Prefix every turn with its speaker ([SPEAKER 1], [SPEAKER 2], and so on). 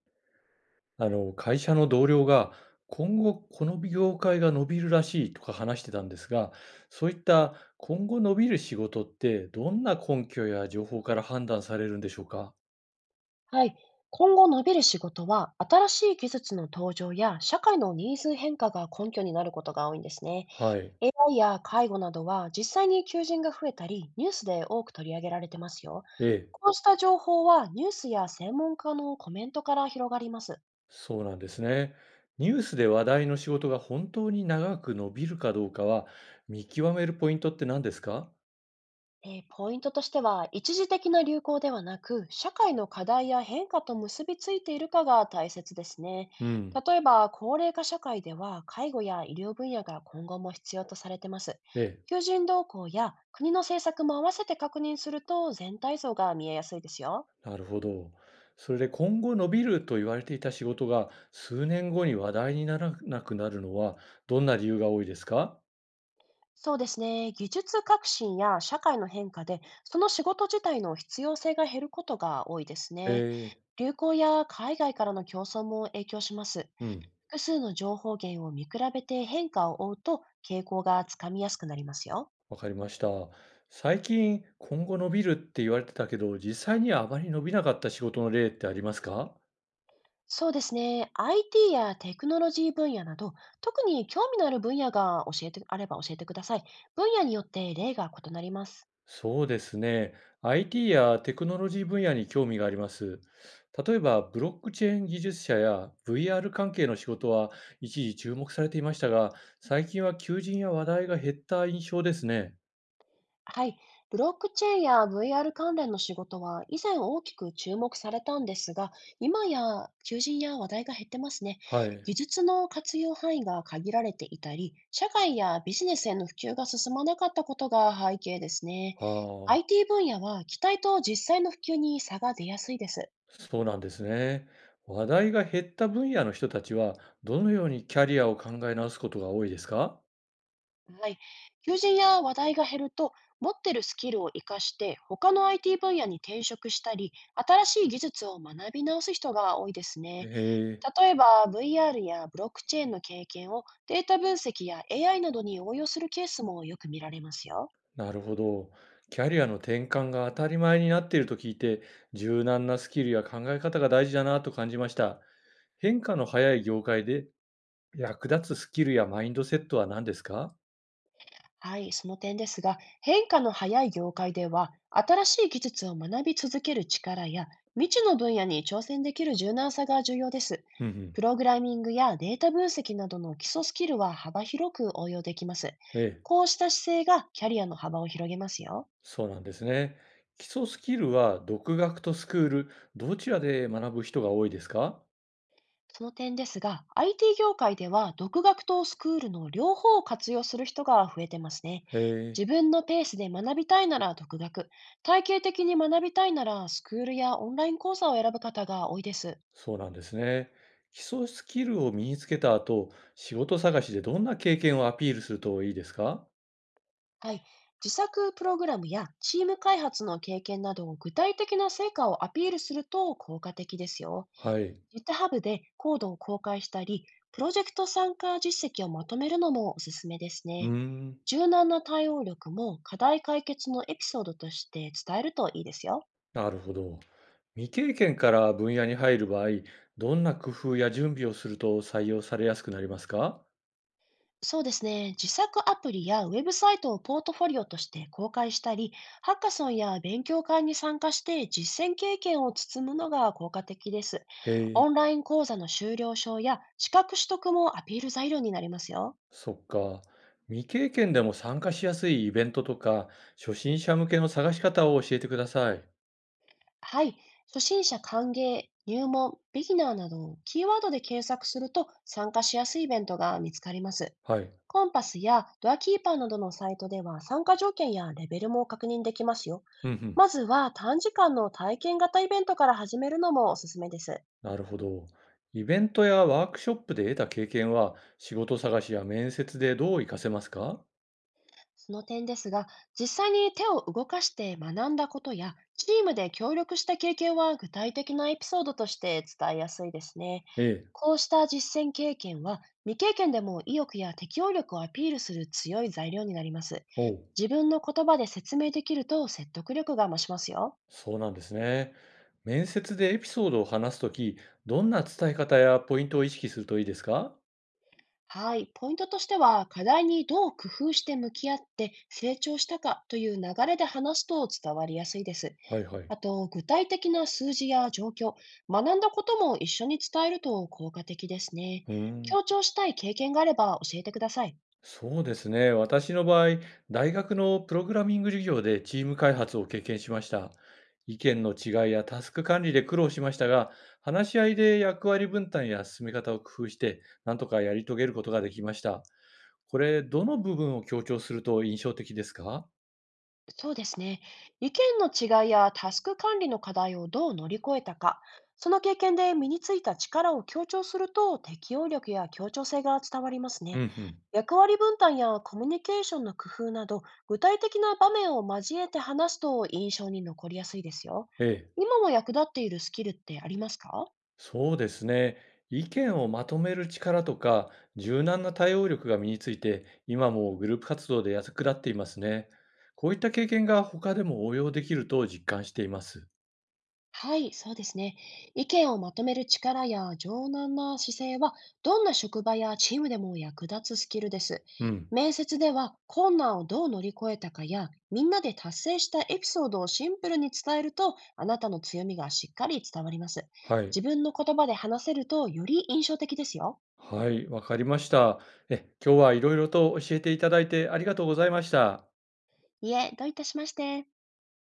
[SPEAKER 1] 会社の同僚が、今後この業界が伸びるらしいとか話してたんですが、そういった今後伸びる仕事って、どんな根拠や情報から判断されるんでしょうか？
[SPEAKER 2] はい。今後伸びる仕事は、新しい技術の登場や社会のニーズ変化が根拠になることが多いんですね。
[SPEAKER 1] はい。
[SPEAKER 2] AI や介護などは、実際に求人が増えたり、ニュースで多く取り上げられてますよ。
[SPEAKER 1] ええ、
[SPEAKER 2] こうした情報は、ニュースや専門家のコメントから広がります。
[SPEAKER 1] そうなんですね。ニュースで話題の仕事が本当に長く伸びるかどうかは、見極めるポイントって何ですか？
[SPEAKER 2] ポイントとしては、一時的な流行ではなく、社会の課題や変化と結びついているかが大切ですね。
[SPEAKER 1] うん。
[SPEAKER 2] 例えば、高齢化社会では、介護や医療分野が今後も必要とされてます。
[SPEAKER 1] ええ。
[SPEAKER 2] 求人動向や国の政策も合わせて確認すると、全体像が見えやすいですよ。
[SPEAKER 1] なるほど。それで今後伸びると言われていた仕事が数年後に話題にならなくなるのはどんな理由が多いですか？
[SPEAKER 2] そうですね。技術革新や社会の変化で、その仕事自体の必要性が減ることが多いです
[SPEAKER 1] え
[SPEAKER 2] ね。
[SPEAKER 1] え、
[SPEAKER 2] 流行や海外からの競争も影響します。
[SPEAKER 1] うん、
[SPEAKER 2] 複数の情報源を見比べて変化を追うと、傾向がつかみやすくなりますよ。
[SPEAKER 1] わかりました。最近今後伸びるって言われてたけど、実際にはあまり伸びなかった仕事の例ってありますか？
[SPEAKER 2] そうですね。IT やテクノロジー分野など、特に興味のある分野が教えてあれば教えてください。分野によって例が異なります。
[SPEAKER 1] そうですね。IT やテクノロジー分野に興味があります。例えば、ブロックチェーン技術者や VR 関係の仕事は一時注目されていましたが、最近は求人や話題が減った印象ですね。
[SPEAKER 2] はい。ブロックチェーンや VR 関連の仕事は以前大きく注目されたんですが、今や求人や話題が減ってますね。
[SPEAKER 1] はい。
[SPEAKER 2] 技術の活用範囲が限られていたり、社会やビジネスへの普及が進まなかったことが背景ですね。
[SPEAKER 1] ああ、
[SPEAKER 2] IT 分野は期待と実際の普及に差が出やすいです。
[SPEAKER 1] そうなんですね。話題が減った分野の人たちは、どのようにキャリアを考え直すことが多いですか？
[SPEAKER 2] はい。求人や話題が減ると、持ってるスキルを活かして他の IT 分野に転職したり、新しい技術を学び直す人が多いです
[SPEAKER 1] へ
[SPEAKER 2] ね。
[SPEAKER 1] え、
[SPEAKER 2] 例えば VR やブロックチェーンの経験をデータ分析や AI などに応用するケースもよく見られますよ。
[SPEAKER 1] なるほど。キャリアの転換が当たり前になっていると聞いて、柔軟なスキルや考え方が大事だなと感じました。変化の早い業界で役立つスキルやマインドセットは何ですか？
[SPEAKER 2] はい、その点ですが、変化の早い業界では、新しい技術を学び続ける力や、未知の分野に挑戦できる柔軟さが重要です。
[SPEAKER 1] うんうん。
[SPEAKER 2] プログラミングやデータ分析などの基礎スキルは幅広く応用できます。
[SPEAKER 1] ええ、
[SPEAKER 2] こうした姿勢がキャリアの幅を広げますよ。
[SPEAKER 1] そうなんですね。基礎スキルは独学とスクール、どちらで学ぶ人が多いですか？
[SPEAKER 2] その点ですが、IT 業界では独学とスクールの両方を活用する人が増えてますね。
[SPEAKER 1] へえ、
[SPEAKER 2] 自分のペースで学びたいなら独学、体系的に学びたいならスクールやオンライン講座を選ぶ方が多いです。
[SPEAKER 1] そうなんですね。基礎スキルを身につけた後、仕事探しでどんな経験をアピールするといいですか？
[SPEAKER 2] はい。自作プログラムやチーム開発の経験など、具体的な成果をアピールすると効果的ですよ。
[SPEAKER 1] はい。
[SPEAKER 2] GitHub でコードを公開したり、プロジェクト参加実績をまとめるのもおすすめです
[SPEAKER 1] うー
[SPEAKER 2] ね。
[SPEAKER 1] ん、
[SPEAKER 2] 柔軟な対応力も課題解決のエピソードとして伝えるといいですよ。
[SPEAKER 1] なるほど。未経験から分野に入る場合、どんな工夫や準備をすると採用されやすくなりますか？
[SPEAKER 2] そうですね。自作アプリやウェブサイトをポートフォリオとして公開したり、ハッカソンや勉強会に参加して実践経験を積むのが効果的です。
[SPEAKER 1] へえ、
[SPEAKER 2] オンライン講座の修了証や資格取得もアピール材料になりますよ。
[SPEAKER 1] そっか。未経験でも参加しやすいイベントとか、初心者向けの探し方を教えてください。
[SPEAKER 2] はい。初心者歓迎、入門、ビギナーなどをキーワードで検索すると、参加しやすいイベントが見つかります。
[SPEAKER 1] はい。
[SPEAKER 2] コンパスやドアキーパーなどのサイトでは、参加条件やレベルも確認できますよ。
[SPEAKER 1] うんうん。
[SPEAKER 2] まずは短時間の体験型イベントから始めるのもおすすめです。
[SPEAKER 1] なるほど。イベントやワークショップで得た経験は、仕事探しや面接でどう活かせますか？
[SPEAKER 2] その点ですが、実際に手を動かして学んだことや、チームで協力した経験は、具体的なエピソードとして伝えやすいですね。
[SPEAKER 1] ええ。
[SPEAKER 2] こうした実践経験は、未経験でも意欲や適応力をアピールする強い材料になります。
[SPEAKER 1] おう、
[SPEAKER 2] 自分の言葉で説明できると説得力が増しますよ。
[SPEAKER 1] そうなんですね。面接でエピソードを話すとき、どんな伝え方やポイントを意識するといいですか？
[SPEAKER 2] はい、ポイントとしては、課題にどう工夫して向き合って成長したかという流れで話すと伝わりやすいです。
[SPEAKER 1] はいはい。
[SPEAKER 2] あと、具体的な数字や状況、学んだことも一緒に伝えると効果的ですね。
[SPEAKER 1] うーん。
[SPEAKER 2] 強調したい経験があれば教えてください。
[SPEAKER 1] そうですね。私の場合、大学のプログラミング授業でチーム開発を経験しました。意見の違いやタスク管理で苦労しましたが、話し合いで役割分担や進め方を工夫して、なんとかやり遂げることができました。これ、どの部分を強調すると印象的ですか？
[SPEAKER 2] そうですね。意見の違いやタスク管理の課題をどう乗り越えたか、その経験で身についた力を強調すると、適応力や協調性が伝わります
[SPEAKER 1] うん
[SPEAKER 2] ね。
[SPEAKER 1] うん。
[SPEAKER 2] 役割分担やコミュニケーションの工夫など、具体的な場面を交えて話すと印象に残りやすいですよ。
[SPEAKER 1] ええ。
[SPEAKER 2] 今も役立っているスキルってありますか？
[SPEAKER 1] そうですね。意見をまとめる力とか、柔軟な対応力が身について、今もグループ活動で役立っていますね。こういった経験が他でも応用できると実感しています。
[SPEAKER 2] はい、そうですね。意見をまとめる力や柔軟な姿勢は、どんな職場やチームでも役立つスキルです。
[SPEAKER 1] うん。
[SPEAKER 2] 面接では、困難をどう乗り越えたかや、みんなで達成したエピソードをシンプルに伝えると、あなたの強みがしっかり伝わります。
[SPEAKER 1] はい。
[SPEAKER 2] 自分の言葉で話せると、より印象的ですよ。
[SPEAKER 1] はい、わかりました。え、今日はいろいろと教えていただいてありがとうございました。
[SPEAKER 2] いえ、どういたしまして。